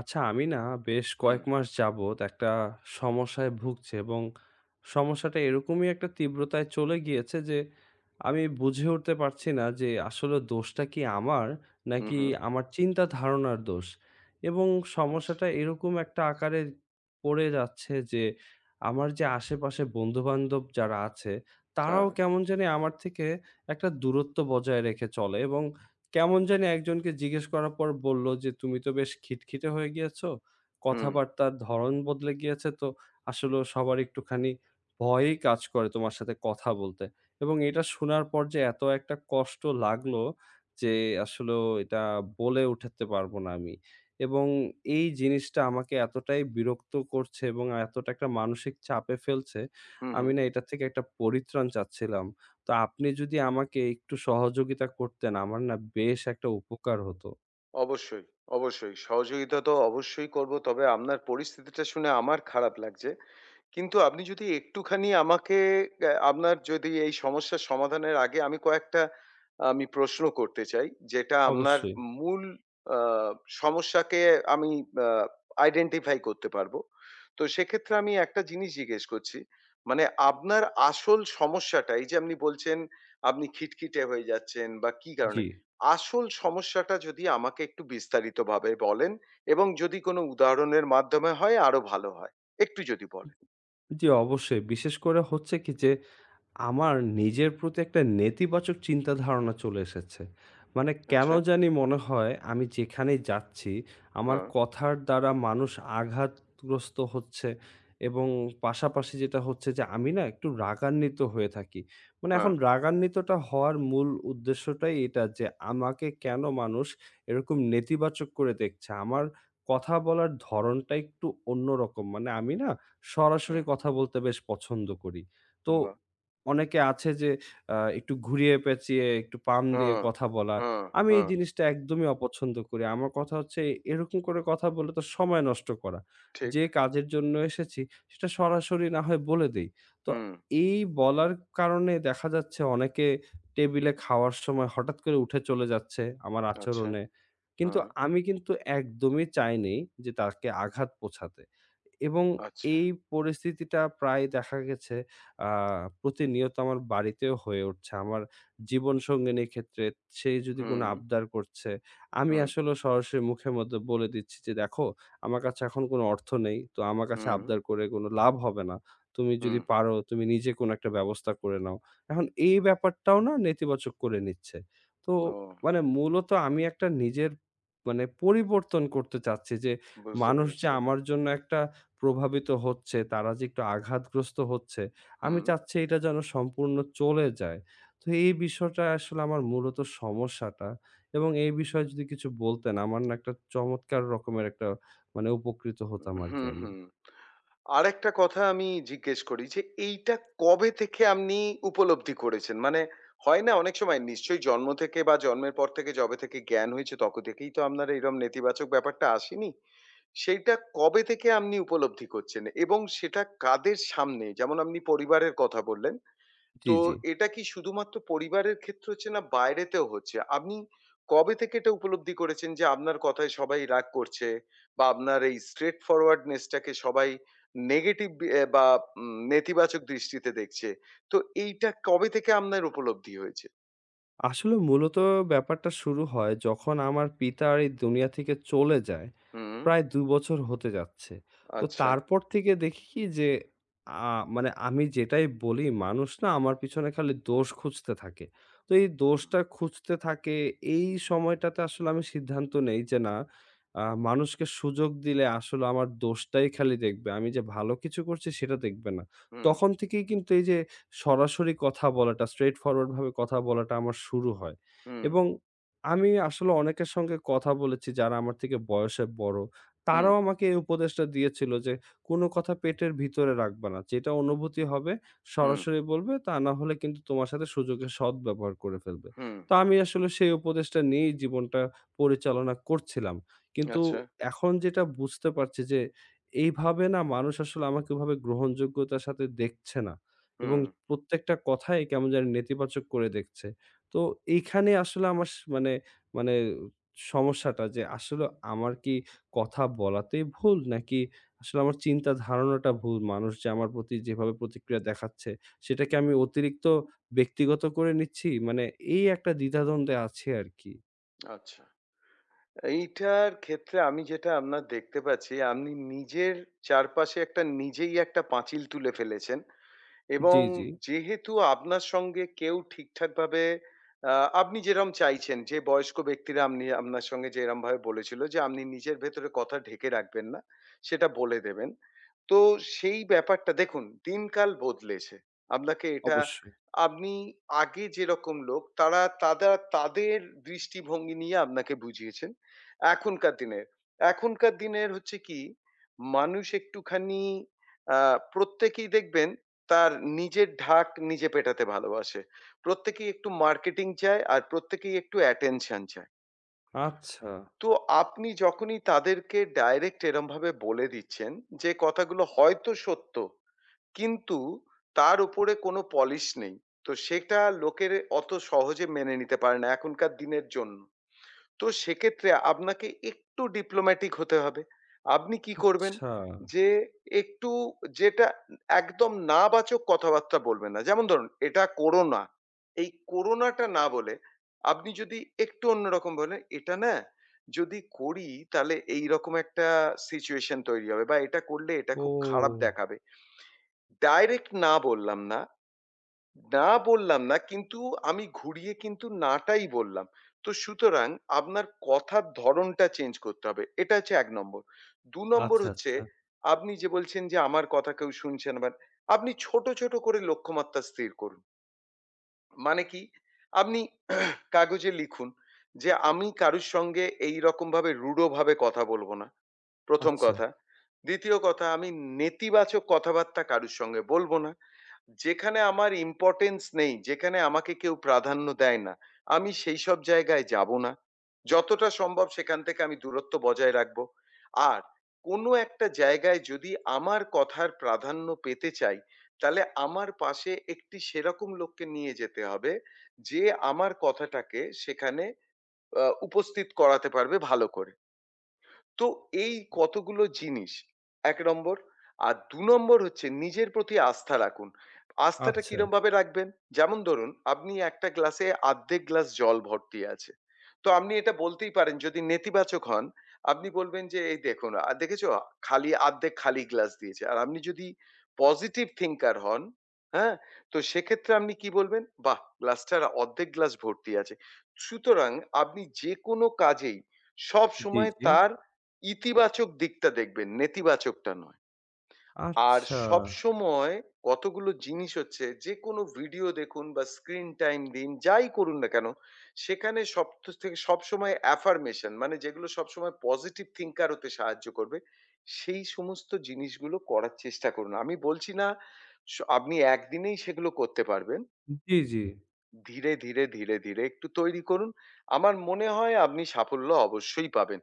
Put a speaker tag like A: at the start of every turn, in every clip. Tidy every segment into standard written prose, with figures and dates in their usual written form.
A: আচ্ছা আমি না বেশ
B: হুম,
A: কয়েক মাস যাবত একটা সমস্যায় ভুগছি, এবং সমস্যাটা এরকমই একটা তীব্রতায় চলে গিয়েছে যে আমি বুঝে উঠতে পারছি না যে আসলে দোষটা কি আমার,
B: হুম,
A: নাকি
B: হুম।
A: আমার চিন্তা ধারণার দোষ। এবং সমস্যাটা
B: আচ্ছা।
A: এরকম একটা আকারে পড়ে যাচ্ছে যে আমার যে আশেপাশে বন্ধুবান্ধব যারা আছে
B: হ্যাঁ,
A: তারাও কেমন জানি আমার থেকে একটা দূরত্ব বজায় রেখে চলে। এবং কেমন জানি একজনকে জিজ্ঞেস করার পর বলল যে, "তুমি তো বেশ খিটখিটে হয়ে গিয়েছো।
B: হুম,
A: কথাবার্তার ধরন বদলে গিয়েছে তো আসলেও সবার একটুখানি ভয়ই কাজ করে তোমার সাথে কথা বলতে।" এবং এটা শোনার পর যে এত একটা কষ্ট লাগলো যে আসলেও এটা বলে উঠাতে পারবো না আমি। এবং এই জিনিসটা আমাকে এতটাই বিরক্ত করছে এবং এতটা একটা মানসিক চাপে ফেলছে,
B: হুম,
A: আমি
B: হুম।
A: না এটা থেকে একটা পরিত্রাণ চাচ্ছিলাম। তো আপনি যদি আমাকে একটু সহযোগিতা করতেন, আমার না বেশ একটা উপকার হতো।
B: অবশ্যই, অবশ্যই। সহযোগিতা তো অবশ্যই করব। তবে আপনার পরিস্থিতিটা শুনে আমার খারাপ লাগছে। কিন্তু আপনি যদি একটুখানি আমাকে আপনার যদি এই সমস্যার সমাধানের আগে আমি কয়েকটা আমি প্রশ্ন করতে চাই। যেটা আপনার
A: অবশ্যই।
B: মূল আ সমস্যাকে আমি আ আইডেন্টিফাই করতে পারবো। তো সেক্ষেত্রে আমি একটা জিনিস জিজ্ঞেস করছি। মানে আপনার আসল সমস্যাটা এই যে আপনি বলছেন আপনি খিটখিটে হয়ে যাচ্ছেন বা কি কারণে?
A: জি।
B: আসল সমস্যাটা যদি আমাকে একটু বিস্তারিতভাবে বলেন এবং যদি কোনো উদাহরণের মাধ্যমে হয় আরো ভালো হয়। একটু যদি বলেন।
A: জি, অবশ্যই। বিশেষ করে হচ্ছে কি যে আমার নিজের প্রতি একটা নেতিবাচক চিন্তাধারণা চলে এসেছে। মানে কেন
B: আচ্ছা।
A: জানি মনে হয় আমি যেখানেই যাচ্ছি, আমার
B: হ্যাঁ,
A: কথার দ্বারা মানুষ আঘাতগ্রস্ত হচ্ছে। এবং পাশাপাশি যেটা হচ্ছে যে আমি না একটু রাগান্বিত হয়ে থাকি। মানে
B: হ্যাঁ,
A: এখন রাগান্বিতটা হওয়ার মূল উদ্দেশ্যটাই এটা যে আমাকে কেন মানুষ এরকম নেতিবাচক করে দেখছে। আমার কথা বলার ধরনটা একটু অন্যরকম। মানে আমি না সরাসরি
B: হুম,
A: কথা বলতে বেশ পছন্দ করি। তো
B: বাহ!
A: অনেকে আছে যে একটু ঘুরিয়ে পেঁচিয়ে একটু পাম দিয়ে
B: হ্যাঁ,
A: কথা বলা।
B: হ্যাঁ,
A: আমি এই
B: হ্যাঁ,
A: জিনিসটা একদমই অপছন্দ করি। আমার কথা হচ্ছে এরকম করে কথা বলে তো সময় নষ্ট করা।
B: ঠিক।
A: যে কাজের জন্য এসেছি সেটা সরাসরি না হয় বলে দেই। তো
B: হুম,
A: এই বলার কারণে দেখা যাচ্ছে অনেকে টেবিলে খাওয়ার সময় হঠাৎ করে উঠে চলে যাচ্ছে আমার
B: আচ্ছা,
A: আচরণে। কিন্তু
B: হ্যাঁ,
A: আমি কিন্তু একদমই চাইনি যে তাকে আঘাত পৌঁছাতে। এবং
B: আচ্ছা।
A: এই পরিস্থিতিটা প্রায় দেখা গেছে আ প্রতিনিয়ত আমার বাড়িতেও হয়ে উঠছে। আমার জীবনসঙ্গিনীর ক্ষেত্রে সে যদি কোনো
B: হুম,
A: আবদার করছে, আমি
B: হুম,
A: আসলে সরাসরি মুখের মধ্যে বলে দিচ্ছি যে, "দেখো, আমার কাছে এখন কোনো অর্থ নেই। তো আমার কাছে
B: হুম,
A: আবদার করে কোনো লাভ হবে না। তুমি
B: হুম।
A: যদি পারো তুমি নিজে কোনো একটা ব্যবস্থা করে নাও।" এখন এই ব্যাপারটাও না নেতিবাচক করে নিচ্ছে। তো
B: ও,
A: মানে মূলত আমি একটা নিজের মানে পরিবর্তন করতে চাচ্ছি যে,
B: বুঝতে
A: মানুষ যে
B: পেরেছি।
A: আমার জন্য একটা প্রভাবিত হচ্ছে, তারা যে একটু আঘাতগ্রস্ত হচ্ছে, আমি
B: হুম,
A: চাচ্ছি এটা যেন সম্পূর্ণ চলে যায়। তো এই বিষয়টা আসলে আমার মূলত সমস্যাটা, এবং এই বিষয়ে যদি কিছু বলতেন আমার না একটা চমৎকার রকমের একটা মানে উপকৃত হতাম আরকি
B: হুম,
A: আমি।
B: হুম। আরেকটা কথা আমি জিজ্ঞেস করি যে এইটা কবে থেকে আপনি উপলব্ধি করেছেন? মানে হয় না অনেক সময় নিশ্চয়ই জন্ম থেকে বা জন্মের পর থেকে যবে থেকে জ্ঞান হয়েছে তখন থেকেই তো আপনার এইরকম নেতিবাচক ব্যাপারটা আসেনি? সেইটা কবে থেকে আপনি উপলব্ধি করছেন? এবং সেটা কাদের সামনে? যেমন আপনি পরিবারের কথা বললেন।
A: জি,
B: তো
A: জি।
B: এটা কি শুধুমাত্র পরিবারের ক্ষেত্রে হচ্ছে না বাইরেতেও হচ্ছে? আপনি কবে থেকে এটা উপলব্ধি করেছেন যে আপনার কথায় সবাই রাগ করছে বা আপনার এই straight forwardness টাকে সবাই নেগেটিভ এ বা নেতিবাচক দৃষ্টিতে দেখছে। তো এইটা কবে থেকে আপনার উপলব্ধি হয়েছে?
A: আসলে মূলত ব্যাপারটা শুরু হয় যখন আমার পিতা আর এই দুনিয়া থেকে চলে যায়।
B: হুম,
A: প্রায় ২ বছর হতে যাচ্ছে। তো
B: আচ্ছা।
A: তারপর থেকে দেখি কি যে মানে আমি যেটাই বলি মানুষ না আমার পিছনে খালি দোষ খুঁজতে থাকে। তো এই দোষটা খুঁজতে থাকে এই সময়টাতে আসলে আমি সিদ্ধান্ত নেই যে না, মানুষকে সুযোগ দিলে আসলে আমার দোষটাই খালি দেখবে। আমি যে ভালো কিছু করছি সেটা দেখবে না।
B: হুম, হুম,
A: তখন থেকেই কিন্তু এই যে সরাসরি কথা বলাটা, straight forward ভাবে কথা বলাটা আমার শুরু হয়।
B: হুম,
A: এবং আমি আসলে অনেকের সঙ্গে কথা বলেছি যারা আমার থেকে বয়সে বড়।
B: হুম,
A: তারাও আমাকে এই উপদেশটা দিয়েছিল যে, "কোনো কথা পেটের ভিতরে রাখবা না। যেটা অনুভূতি হবে
B: হুম,
A: সরাসরি বলবে। তা না হলে কিন্তু তোমার সাথে সুযোগের সদ্ব্যবহার করে ফেলবে।"
B: হুম,
A: তো আমি আসলে সেই উপদেশটা নিয়েই জীবনটা পরিচালনা করছিলাম। কিন্তু
B: আচ্ছা,
A: এখন যেটা বুঝতে পারছি যে এইভাবে না মানুষ আসলে আমাকে ওভাবে গ্রহণযোগ্যতার সাথে দেখছে না। এবং
B: হুম,
A: প্রত্যেকটা কথাই কেমন জানি নেতিবাচক করে দেখছে। তো এইখানে আসলে আমার মানে, মানে সমস্যাটা যে আসলে আমার কি কথা বলাতেই ভুল? নাকি আসলে আমার চিন্তা ধারণাটা ভুল? মানুষ যে আমার প্রতি যেভাবে প্রতিক্রিয়া দেখাচ্ছে সেটা কি আমি অতিরিক্ত ব্যক্তিগত করে নিচ্ছি? মানে এই একটা দ্বিধাদ্বন্দ্বে আছি আরকি।
B: আচ্ছা। এইটার ক্ষেত্রে আমি যেটা আপনার দেখতে পাচ্ছি, আপনি নিজের চারপাশে একটা নিজেই একটা পাঁচিল তুলে ফেলেছেন। এবং
A: জি, জি,
B: যেহেতু আপনার সঙ্গে কেউ ঠিকঠাকভাবে আ আপনি যেরম চাইছেন যে বয়স্ক ব্যক্তিরা আপনি আপনার সঙ্গে যেরমভাবে বলেছিল যে আপনি নিজের ভেতরে কথা ঢেকে রাখবেন না, সেটা বলে দেবেন। তো সেই ব্যাপারটা দেখুন দিনকাল বদলেছে। আপনাকে এটা
A: অবশ্যই।
B: আপনি আগে যেরকম লোক তারা তাদের দৃষ্টিভঙ্গি নিয়ে আপনাকে বুঝিয়েছেন। এখনকার দিনের এখনকার দিনের হচ্ছে কি মানুষ একটুখানি আ প্রত্যেকেই দেখবেন তার নিজের ঢাক নিজে পেটাতে ভালোবাসে। প্রত্যেকেই একটু মার্কেটিং চায় আর প্রত্যেকেই একটু অ্যাটেনশন চায়।
A: আচ্ছা,
B: তো আপনি যখনই তাদেরকে ডাইরেক্ট এরমভাবে বলে দিচ্ছেন যে কথাগুলো হয়তো সত্য, কিন্তু তার উপরে কোনো পলিশ নেই। তো সেটা লোকের অত সহজে মেনে নিতে পারে না এখনকার দিনের জন্য। তো সেক্ষেত্রে আপনাকে একটু ডিপ্লোম্যাটিক হতে হবে। আপনি কি করবেন?
A: আচ্ছা।
B: যে একটু যেটা একদম নাবাচক কথাবার্তা বলবেন না। যেমন ধরুন, "এটা করো না।" এই "করো না"টা না বলে আপনি যদি একটু অন্যরকম বলেন, "এটা না যদি করি তাহলে এইরকম একটা সিচুয়েশন তৈরি হবে বা এটা করলে এটা খুব খারাপ
A: ও!
B: দেখাবে।" ডাইরেক্ট না বললাম না। না বললাম না, কিন্তু আমি ঘুরিয়ে কিন্তু নাটাই বললাম। তো সুতরাং আপনার কথার ধরণটা চেঞ্জ করতে হবে। এটা হচ্ছে ১ নম্বর। ২ নম্বর
A: আচ্ছা,
B: হচ্ছে
A: আচ্ছা,
B: আপনি যে বলছেন যে আমার কথা কেউ শুনছে না, বাট আপনি ছোট, ছোট করে লক্ষ্যমাত্রা স্থির করুন। মানে কি? আপনি কাগজে লিখুন যে আমি কারুর সঙ্গে এইরকমভাবে রূঢ়ভাবে কথা বলব না। ১ম
A: আচ্ছা,
B: কথা। ২য় কথা আমি নেতিবাচক কথাবার্তা কারুর সঙ্গে বলব না। যেখানে আমার ইম্পোর্টেন্স নেই, যেখানে আমাকে কেউ প্রাধান্য দেয় না, আমি সেইসব জায়গায় যাবো না। যতটা সম্ভব সেখান থেকে আমি দূরত্ব বজায় রাখবো। আর কোনো একটা জায়গায় যদি আমার কথার প্রাধান্য পেতে চাই, তাহলে আমার পাশে একটি সেরকম লোককে নিয়ে যেতে হবে যে আমার কথাটাকে সেখানে উপস্থিত করাতে পারবে ভালো করে। তো এই কতগুলো জিনিস ১ নম্বর। আর ২ নম্বর হচ্ছে নিজের প্রতি আস্থা রাখুন। আস্থাটা
A: আচ্ছা।
B: কিরমভাবে রাখবেন? যেমন ধরুন আপনি একটা গ্লাসে আর্ধেক গ্লাস জল ভর্তি আছে। তো আপনি এটা বলতেই পারেন যদি নেতিবাচক হন, আপনি বলবেন যে এই দেখুন দেখেছো খালি আর্ধেক খালি গ্লাস দিয়েছে। আর আপনি যদি পজিটিভ থিংকার হন, হ্যাঁ? তো সেক্ষেত্রে আপনি কি বলবেন? বাহ! গ্লাসটার অর্ধেক গ্লাস ভর্তি আছে। সুতরাং আপনি যেকোনো কাজেই
A: জি,
B: সবসময়
A: জি।
B: তার ইতিবাচক দিকটা দেখবেন, নেতিবাচকটা নয়। আর
A: আচ্ছা।
B: সবসময় কতগুলো জিনিস হচ্ছে যেকোনো ভিডিও দেখুন বা স্ক্রিন টাইম দিন, যাই করুন না কেন, সেখানে সব থেকে সবসময় অ্যাফার্মেশন মানে যেগুলো সবসময় পজিটিভ থিঙ্কার হতে সাহায্য করবে, সেই সমস্ত জিনিসগুলো করার চেষ্টা করুন। আমি বলছি না আপনি একদিনেই সেগুলো করতে পারবেন।
A: জি, জি।
B: ধীরে, ধীরে, ধীরে, ধীরে একটু তৈরি করুন। আমার মনে হয় আপনি সাফল্য অবশ্যই পাবেন।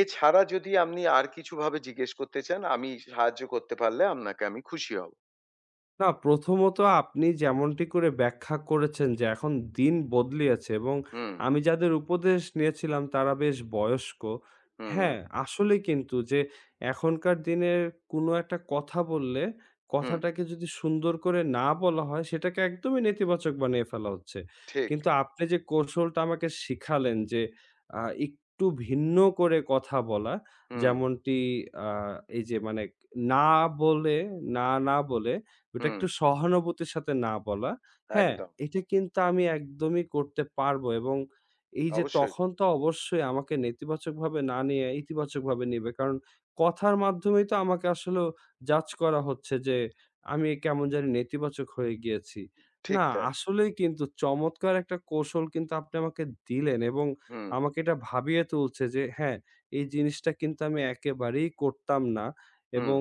B: এছাড়া যদি আপনি আর কিছুভাবে জিজ্ঞেস করতে চান, আমি সাহায্য করতে পারলে আপনাকে আমি খুশি হব।
A: না, প্রথমত আপনি যেমনটি করে ব্যাখ্যা করেছেন যে এখন দিন বদলিয়েছে, এবং
B: হুম,
A: আমি যাদের উপদেশ নিয়েছিলাম তারা বেশ বয়স্ক।
B: হুম,
A: হ্যাঁ, আসলে কিন্তু যে এখনকার দিনের কোনো একটা কথা বললে
B: হুম,
A: কথাটাকে যদি সুন্দর করে না বলা হয় সেটাকে একদমই নেতিবাচক বানিয়ে ফেলা হচ্ছে।
B: ঠিক।
A: কিন্তু আপনি যে কৌশলটা আমাকে শিখালেন যে আ একটু ভিন্ন করে কথা বলা,
B: হুম,
A: যেমনটি আ এই যে মানে না বলে, না, না বলে ওটা
B: হুম,
A: একটু সহানুভূতির সাথে না বলা। হ্যাঁ,
B: একদম।
A: এটা কিন্তু আমি একদমই করতে পারবো। এবং এই যে
B: অবশ্যই।
A: তখন তো অবশ্যই আমাকে নেতিবাচকভাবে না নিয়ে ইতিবাচকভাবে নিবে। কারণ কথার মাধ্যমেই তো আমাকে আসলে জাজ করা হচ্ছে যে আমি কেমন জানি নেতিবাচক হয়ে গিয়েছি।
B: ঠিক
A: না,
B: তাই।
A: আসলেই কিন্তু চমৎকার একটা কৌশল কিন্তু আপনি আমাকে দিলেন। এবং
B: হুম,
A: আমাকে এটা ভাবিয়ে তুলছে যে হ্যাঁ, এই জিনিসটা কিন্তু আমি একেবারেই করতাম না,
B: হুম,
A: এবং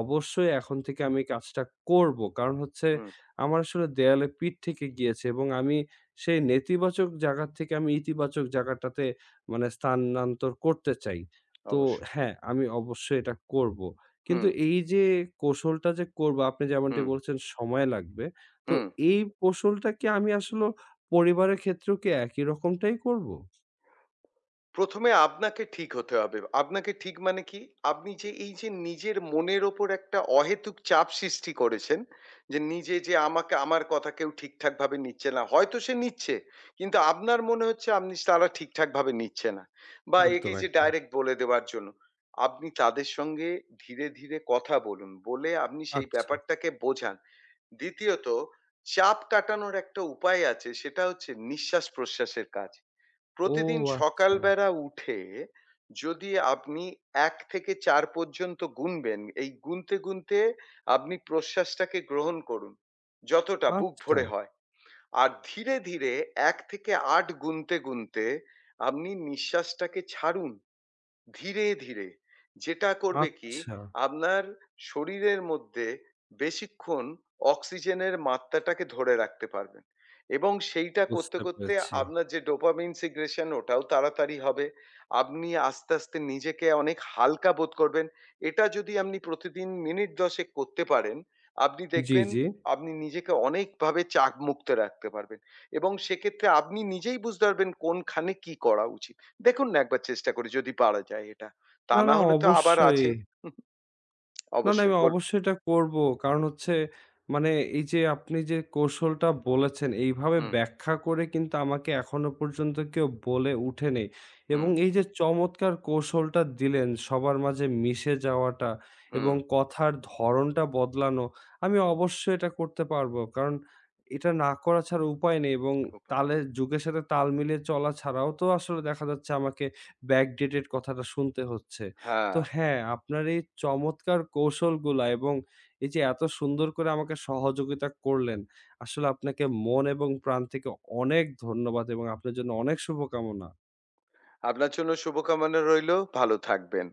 A: অবশ্যই এখন থেকে আমি কাজটা করব। কারণ হচ্ছে
B: হুম,
A: আমার আসলে দেয়ালে পিঠ থেকে গিয়েছে, এবং আমি সেই নেতিবাচক জায়গা থেকে আমি ইতিবাচক জায়গাটাতে মানে স্থানান্তর করতে চাই। তো
B: অবশ্যই।
A: হ্যাঁ, আমি অবশ্যই এটা করব। কিন্তু
B: হুম,
A: এই যে কৌশলটা যে করব আপনি যেমনটি
B: হুম,
A: বলছেন সময় লাগবে। তো
B: হুম।
A: এই কৌশলটা কি আমি আসলে পরিবারের ক্ষেত্রেও কি একই রকমটাই করব?
B: ১ম এ আপনাকে ঠিক হতে হবে। আপনাকে ঠিক মানে কি? আপনি যে এই যে নিজের মনের ওপর একটা অহেতুক চাপ সৃষ্টি করেছেন, যে নিজে যে আমাকে আমার কথা কেউ ঠিকঠাকভাবে নিচ্ছে না। হয়তো সে নিচ্ছে, কিন্তু আপনার মনে হচ্ছে আপনি তারা ঠিকঠাকভাবে নিচ্ছে না। বা
A: একদম,
B: একে যে
A: একদম।
B: ডাইরেক্ট বলে দেওয়ার জন্য। আপনি তাদের সঙ্গে ধীরে, ধীরে কথা বলুন। বলে আপনি সেই
A: আচ্ছা।
B: ব্যাপারটাকে বোঝান। দ্বিতীয়ত চাপ কাটানোর একটা উপায় আছে, সেটা হচ্ছে নিঃশ্বাস-প্রশ্বাসের কাজ।
A: ও
B: প্রতিদিন
A: আচ্ছা,
B: সকালবেলা উঠে যদি আপনি ১ থেকে ৪ পর্যন্ত গুনবেন, এই গুনতে, গুনতে আপনি প্রশ্বাসটাকে গ্রহণ করুন। যতটা বুক
A: আচ্ছা,
B: ভরে হয়। আর ধীরে, ধীরে ১ থেকে ৮ গুনতে, গুনতে আপনি নিঃশ্বাসটাকে ছাড়ুন। ধীরে, ধীরে। যেটা করবে কি
A: আচ্ছা।
B: আপনার শরীরের মধ্যে বেশিক্ষণ অক্সিজেনের মাত্রাটাকে ধরে রাখতে পারবেন এবং সেইটা করতে,
A: বুঝতে
B: করতে
A: পেরেছি।
B: আপনার যে ডোপামিন সিক্রেশন ওটাও তাড়াতাড়ি হবে। আপনি আস্তে, আস্তে নিজেকে অনেক হালকা বোধ করবেন। এটা যদি আপনি প্রতিদিন মিনিট ১০ করতে পারেন, আপনি
A: জি,
B: দেখবেন
A: জি।
B: আপনি নিজেকে অনেকভাবে চাপমুক্ত রাখতে পারবেন এবং সেক্ষেত্রে আপনি নিজেই বুঝতে পারবেন কোনখানে কি করা উচিত। দেখুন না একবার চেষ্টা করে যদি পারা যায় এটা। তা
A: না,
B: না
A: না
B: হলে তো আবার
A: অবশ্যই।
B: আছে। হুম,
A: না, না
B: অবশ্যই
A: আমি
B: বল
A: অবশ্যই এটা করব। কারণ হচ্ছে মানে এই যে আপনি যে কৌশলটা বলেছেন এইভাবে
B: হুম,
A: ব্যাখ্যা করে কিন্তু আমাকে এখনো পর্যন্ত কেউ বলে উঠেনি। এবং
B: হুম,
A: এই যে চমৎকার কৌশলটা দিলেন সবার মাঝে মিশে যাওয়াটা
B: হুম,
A: এবং কথার ধরনটা বদলানো, আমি অবশ্যই এটা করতে পারবো। কারণ এটা না করা ছাড়া উপায় নেই, এবং
B: উপায় নেই।
A: তালের যুগের সাথে তাল মিলিয়ে চলা ছাড়াও তো আসলে দেখা যাচ্ছে আমাকে backdated কথাটা শুনতে হচ্ছে। তো
B: হ্যাঁ,
A: হ্যাঁ, আপনার এই চমৎকার কৌশলগুলা এবং এই যে এত সুন্দর করে আমাকে সহযোগিতা করলেন, আসলে আপনাকে মন এবং প্রাণ থেকে অনেক ধন্যবাদ এবং আপনার জন্য অনেক শুভকামনা।
B: আপনার জন্য শুভকামনা রইলো। ভালো থাকবেন।